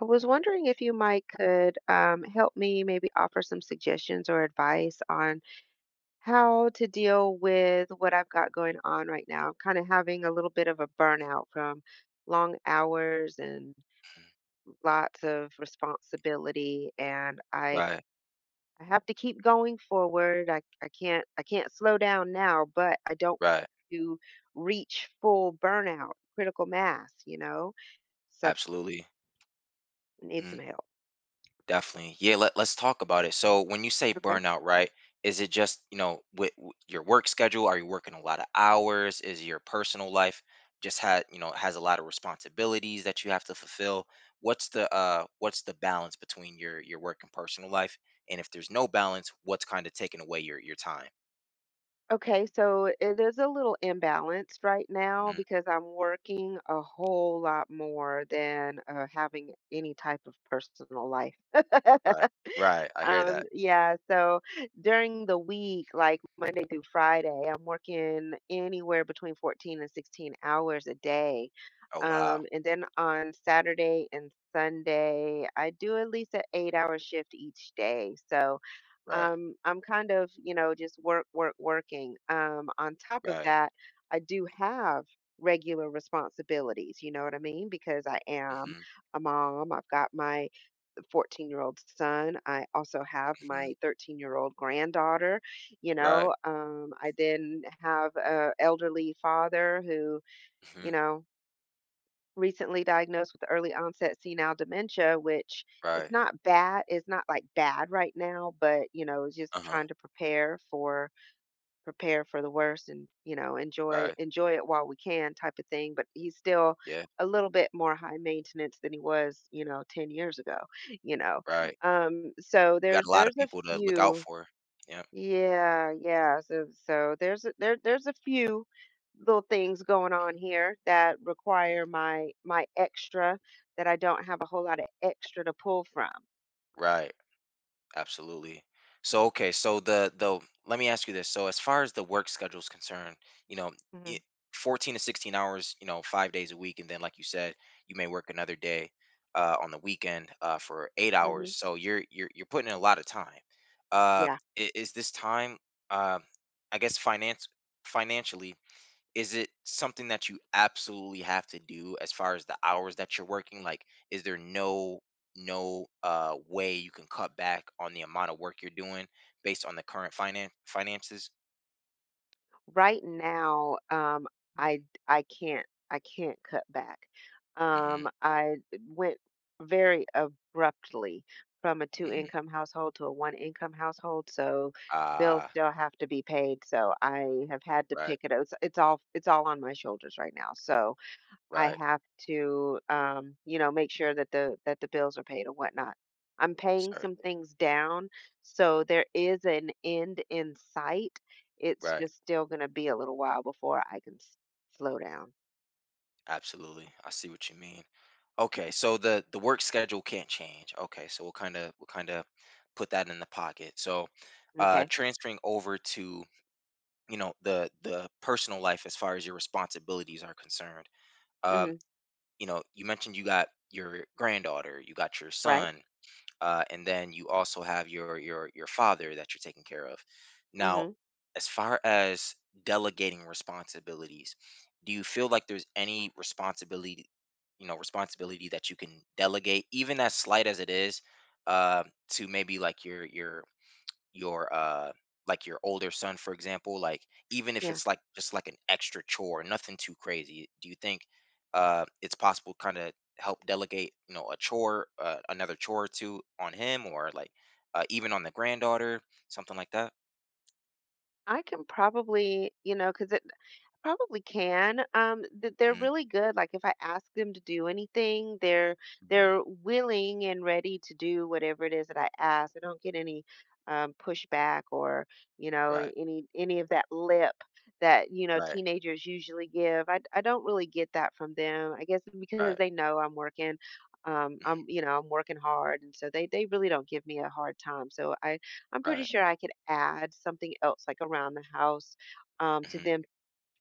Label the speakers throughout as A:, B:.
A: I was wondering if you might could help me maybe offer some suggestions or advice on how to deal with what I've got going on right now. I'm kind of having a little bit of a burnout from long hours and lots of responsibility, and I
B: Right,
A: I have to keep going forward. I can't slow down now, but I don't
B: right.
A: to reach full burnout, critical mass. So
B: Absolutely.
A: I need
B: Mhm,
A: some help.
B: definitely. Yeah, let's talk about it. So when you say
A: Okay.
B: burnout, right, is it just, you know, with, w your work schedule? Are you working a lot of hours? Is your personal life just had, you know, has a lot of responsibilities that you have to fulfill? What's the what's the balance between your work and personal life? And if there's no balance, what's kind of taking away your time?
A: Okay, so it is a little imbalanced right now
B: Hmm.
A: because I'm working a whole lot more than having any type of personal life.
B: Right. Right. I hear that.
A: Yeah, so during the week, like Monday through Friday, I'm working anywhere between 14 and 16 hours a day.
B: Oh wow.
A: And then on Saturday and Sunday, I do at least an 8-hour shift each day. So
B: Right.
A: I'm kind of, just work, work, working. On top of
B: Right.
A: that, I do have regular responsibilities, you know what I mean? Because I am
B: Hmm.
A: a mom, I've got my 14-year-old year old son. I also have
B: Hmm.
A: my 13-year-old year old granddaughter.
B: Right.
A: I then have a elderly father who,
B: Hmm.
A: you know, recently diagnosed with early onset senile dementia, which is
B: Right.
A: not bad. It's not like bad right now, but it's just
B: Uh-huh.
A: trying to prepare for the worst and, enjoy
B: Right.
A: enjoy it while we can type of thing, but he's still
B: Yeah,
A: a little bit more high maintenance than he was, 10 years ago, you know.
B: right.
A: So
B: You
A: there
B: got a lot of
A: there's a
B: people to look out
A: few.
B: for. Yeah.
A: Yeah, yeah. So there's a few little things going on here that
B: Mm.
A: require my extra that I don't have a whole lot of extra to pull from.
B: Right. Absolutely. So okay, so the let me ask you this. So as far as the work schedule is concerned, you know, i-
A: Hmm,
B: 14 to 16 hours, you know, 5 days a week, and then like you said, you may work another day on the weekend for 8 hours.
A: hmm.
B: So you're putting in a lot of time. Uh
A: Yeah.
B: is this time uh I guess finance financially, is it something that you absolutely have to do as far as the hours that you're working? Like, is there no way you can cut back on the amount of work you're doing based on the current finances?
A: Right now, I can not I d I can't cut back.
B: Mm-hmm.
A: I went very abruptly from a
B: Hmm.
A: two-income household to a one-income household, so bills
B: Ah,
A: still have to be paid, so I have had to
B: right,
A: pick it up. It's all on my shoulders right now, so I
B: right,
A: have to, make sure that the bills are paid and whatnot. I'm paying
B: sorry,
A: some things down, so there is an end in sight. It's
B: right.
A: just still going to be a little while before I can slow down.
B: Absolutely. I see what you mean. Okay, so the work schedule can't change. Okay, so we'll kind of put that in the pocket. So,
A: Okay.
B: transferring over to, you know, the personal life as far as your responsibilities are concerned, um,
A: Hmm.
B: you know, you mentioned you got your granddaughter, you got your
A: Right.
B: son, and then you also have your father that you're taking care of now.
A: Hmm.
B: As far as delegating responsibilities, do you feel like there's any responsibility, you know, responsibility that you can delegate, even as slight as it is, uh to maybe like your like your older son, for example? Like, even if
A: Yeah.
B: it's like just like an extra chore, nothing too crazy, do you think it's possible, kind of help delegate, you know, a chore, another chore or two on him, or like, even on the granddaughter, something like that?
A: I can probably, you know, because probably can. They're
B: Hmm.
A: really good. Like if I ask them to do anything, they're
B: Hmm.
A: they're willing and ready to do whatever it is that I ask. I don't get any pushback or
B: Right.
A: any of that lip that
B: Right.
A: teenagers usually give. I don't really get that from them. I guess because
B: Right.
A: they know I'm working.
B: Hmm.
A: I'm I'm working hard, and so they really don't give me a hard time. So I'm pretty
B: Right.
A: sure I could add something else like around the house to
B: Hmm.
A: them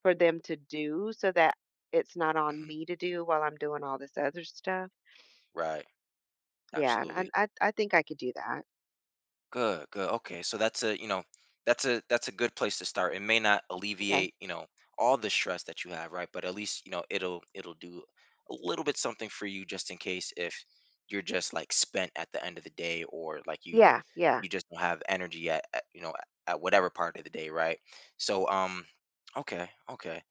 A: for them to do so that it's not on
B: Hmm.
A: me to do while I'm doing all this other stuff.
B: Right.
A: Yeah, and
B: Absolutely.
A: I think I could do that.
B: Good, good. Okay, so that's a, you know, that's a good place to start. It may not
A: Okay.
B: alleviate, you know, all the stress that you have, right? But at least, you know, it'll do a little bit something for you, just in case if you're just like spent at the end of the day, or like you
A: Yeah, yeah.
B: you just don't have energy at you know, at whatever part of the day, right? So, um, okay, okay.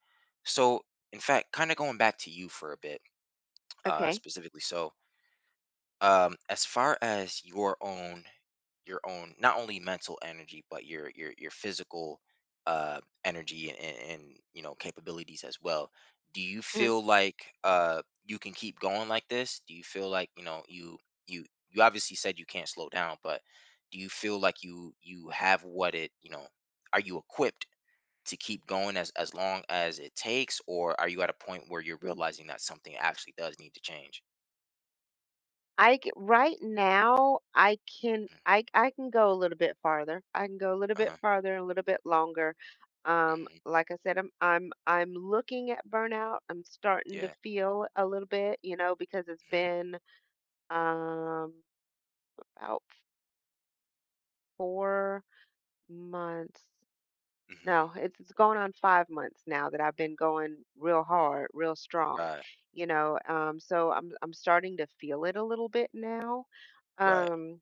B: So, in fact, kind of going back to you for a bit,
A: Okay.
B: specifically. So, um, as far as your own not only mental energy, but your physical energy and, and you know capabilities as well, do you
A: Mhm.
B: feel like you can keep going like this? Do you feel like, you know, you you you obviously said you can't slow down, but do you feel like you have what it, you know, are you equipped to keep going as long as it takes? Or are you at a point where you're realizing that something actually does need to change?
A: Right now I can
B: Mm,
A: I can go a little bit farther. I can go a little bit
B: uh-huh.
A: farther, a little bit longer.
B: Hmm.
A: Like I said, I'm looking at burnout. I'm starting to
B: Yeah.
A: feel a little bit, because it's
B: Hmm.
A: been um about 4 months.
B: Hmm.
A: No, it's going on 5 months now that I've been going real hard, real strong,
B: Right.
A: you know. So I'm starting to feel it a little bit now,
B: Right.
A: um,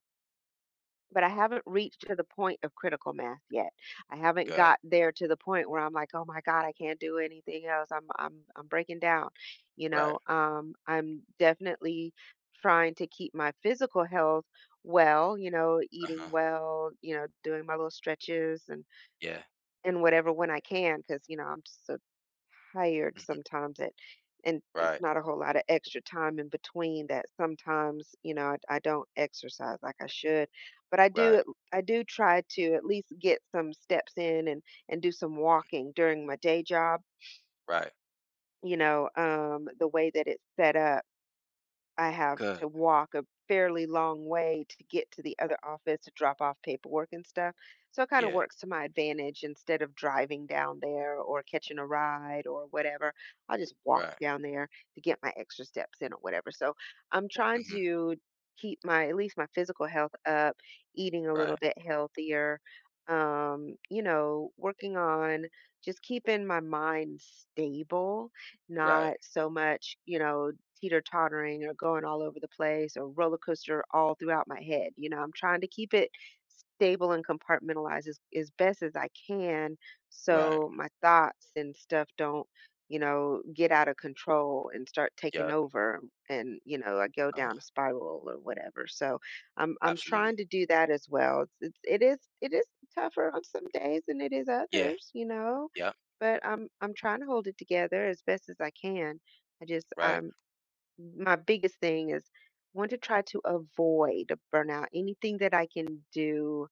A: but I haven't reached to the point of critical mass yet. I haven't
B: Good.
A: got there to the point where I'm like, oh my God, I can't do anything else. I'm breaking down, you
B: Right.
A: know. I'm definitely trying to keep my physical health well, eating
B: Uh-huh.
A: well, doing my little stretches and
B: Yeah.
A: whatever when I can, because I'm so tired
B: Mhm.
A: sometimes that, and it's
B: Right.
A: not a whole lot of extra time in between that. Sometimes I don't exercise like I should, but I do
B: Right.
A: I do try to at least get some steps in and do some walking during my day job.
B: Right.
A: The way that it's set up I have
B: Good.
A: to walk a fairly long way to get to the other office to drop off paperwork and stuff. So it kind of
B: Yeah.
A: works to my advantage instead of driving down there or catching a ride or whatever. I'll just walk
B: Right.
A: down there to get my extra steps in or whatever. So I'm trying
B: Mhm.
A: to keep my at least my physical health up, eating a little
B: Right.
A: bit healthier, working on just keeping my mind stable,
B: Right.
A: not so much, teeter tottering or going all over the place or roller coaster all throughout my head. I'm trying to keep it stable and compartmentalized as best as I can
B: Right.
A: so my thoughts and stuff don't, get out of control and start taking
B: Yep.
A: over and, I go down
B: Uh-huh.
A: a spiral or whatever. So I'm
B: Absolutely.
A: trying to do that as well. It is tougher on some days than it is
B: Yeah.
A: others,
B: Yep.
A: but I'm trying to hold it together as best as I can. I just
B: Right.
A: I'm my biggest thing is want to try to avoid burnout. Anything that I can do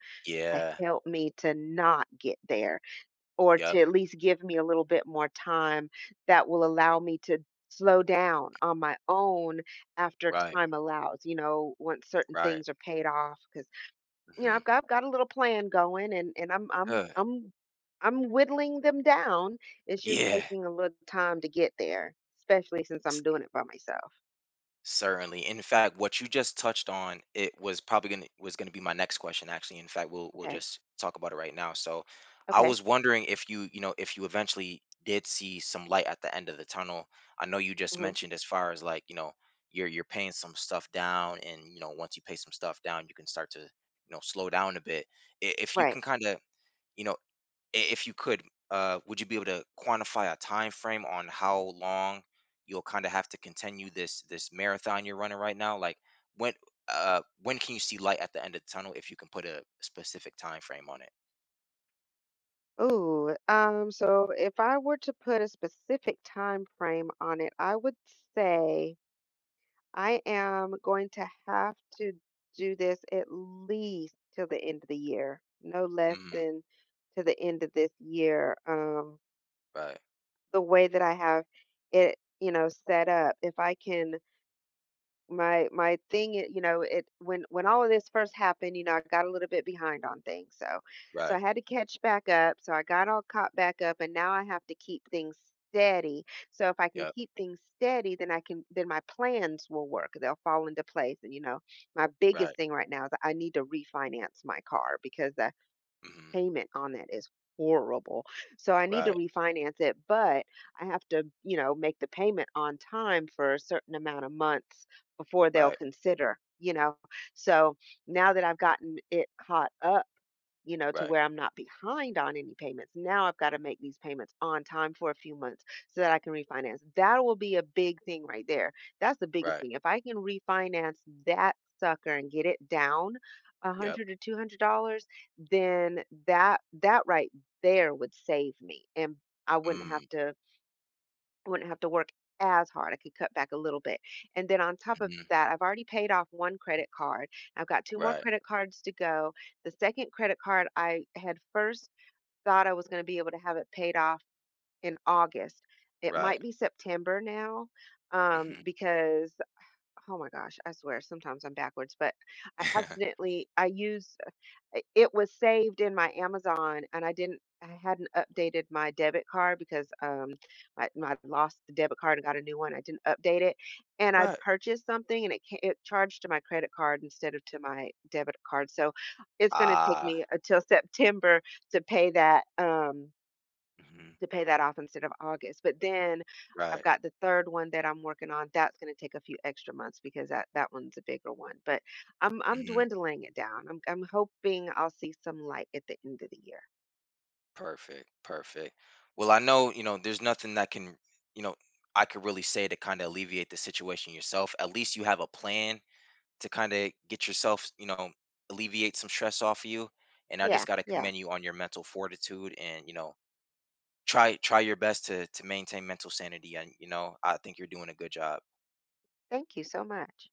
A: to
B: Yeah.
A: help me to not get there or
B: Yep.
A: to at least give me a little bit more time that will allow me to slow down on my own after
B: Right.
A: time allows, once certain
B: Right.
A: things are paid off cuz
B: Mhm.
A: I've got a little plan going and I'm I'm
B: Good.
A: I'm I'm whittling them down. It's just
B: Yeah.
A: taking a little time to get there, especially since I'm doing it by myself.
B: Certainly. In fact, what you just touched on, it was probably gonna be my next question, actually. In fact, we'll
A: Okay.
B: just talk about it right now. So I
A: Okay.
B: was wondering if you, you know, if you eventually did see some light at the end of the tunnel. I know you just
A: Mhm.
B: mentioned as far as like, you know, you're paying some stuff down and, you know, once you pay some stuff down, you can start to, you know, slow down a bit. If you can
A: Right.
B: kind of, you know, if you could, would you be able to quantify a time frame on how long you'll kind of have to continue this this marathon you're running right now? Like, when when can you see light at the end of the tunnel, if you can put a specific time frame on it?
A: Ooh, so if I were to put a specific time frame on it, I would say I am going to have to do this at least till the end of the year, no less
B: Hmm. Hmm.
A: than to the end of this year.
B: Right.
A: The way that I have it, set up, if I can. My thing, it when all of this first happened, I got a little bit behind on things. So I
B: Right.
A: had to catch back up. So I got all caught back up and now I have to keep things steady. So if I can
B: Yep.
A: keep things steady, then I can then my plans will work. They'll fall into place. And my
B: Right.
A: biggest thing right now is I need to refinance my car because
B: Hmm.
A: payment on that is horrible. So I need to
B: Right.
A: refinance it, but I have to, make the payment on time for a certain amount of months before
B: Right.
A: they'll
B: Right.
A: consider. So now that I've gotten it caught up, to
B: Right.
A: where I'm not behind on any payments. Now I've got to make these payments on time for a few months so that I can refinance. That will be a big thing right there. That's the biggest
B: Right.
A: thing. If I can refinance that sucker and get it down a
B: Yep.
A: hundred to two hundred dollars, then that right there would save me, and I wouldn't have
B: Mm.
A: to work as hard. I could cut back a little bit. And then on top of
B: Hmm.
A: that, I've already paid off one credit card. I've got two more
B: Right.
A: credit cards to go. The second credit card, I had first thought I was going to be able to have it paid off in August. It
B: Right.
A: might be September now
B: Hmm.
A: because oh my gosh, I swear sometimes I'm backwards, but I accidentally I used I- it was saved in my Amazon and I hadn't updated my debit card because I lost the debit card and got a new one. I didn't update it and I
B: Right.
A: purchased something and it charged to my credit card instead of to my debit card. So it's going to take
B: Ah.
A: me until September to pay that
B: Hmm.
A: off instead of August. But then I've
B: Right.
A: got the third one that I'm working on. That's going to take a few extra months because that one's a bigger one. But I'm
B: Mm-hmm.
A: dwindling it down. I'm hoping I'll see some light at the end of the year.
B: Perfect, perfect. Well, I know, you know, there's nothing that can, you know, I could really say to kind of alleviate the situation yourself. At least you have a plan to kind of get yourself, you know, alleviate some stress off of you. And I just
A: Yeah,
B: got to
A: yeah.
B: commend you on your mental fortitude and, you know, try your best to maintain mental sanity, and, you know, I think you're doing a good job.
A: Thank you so much.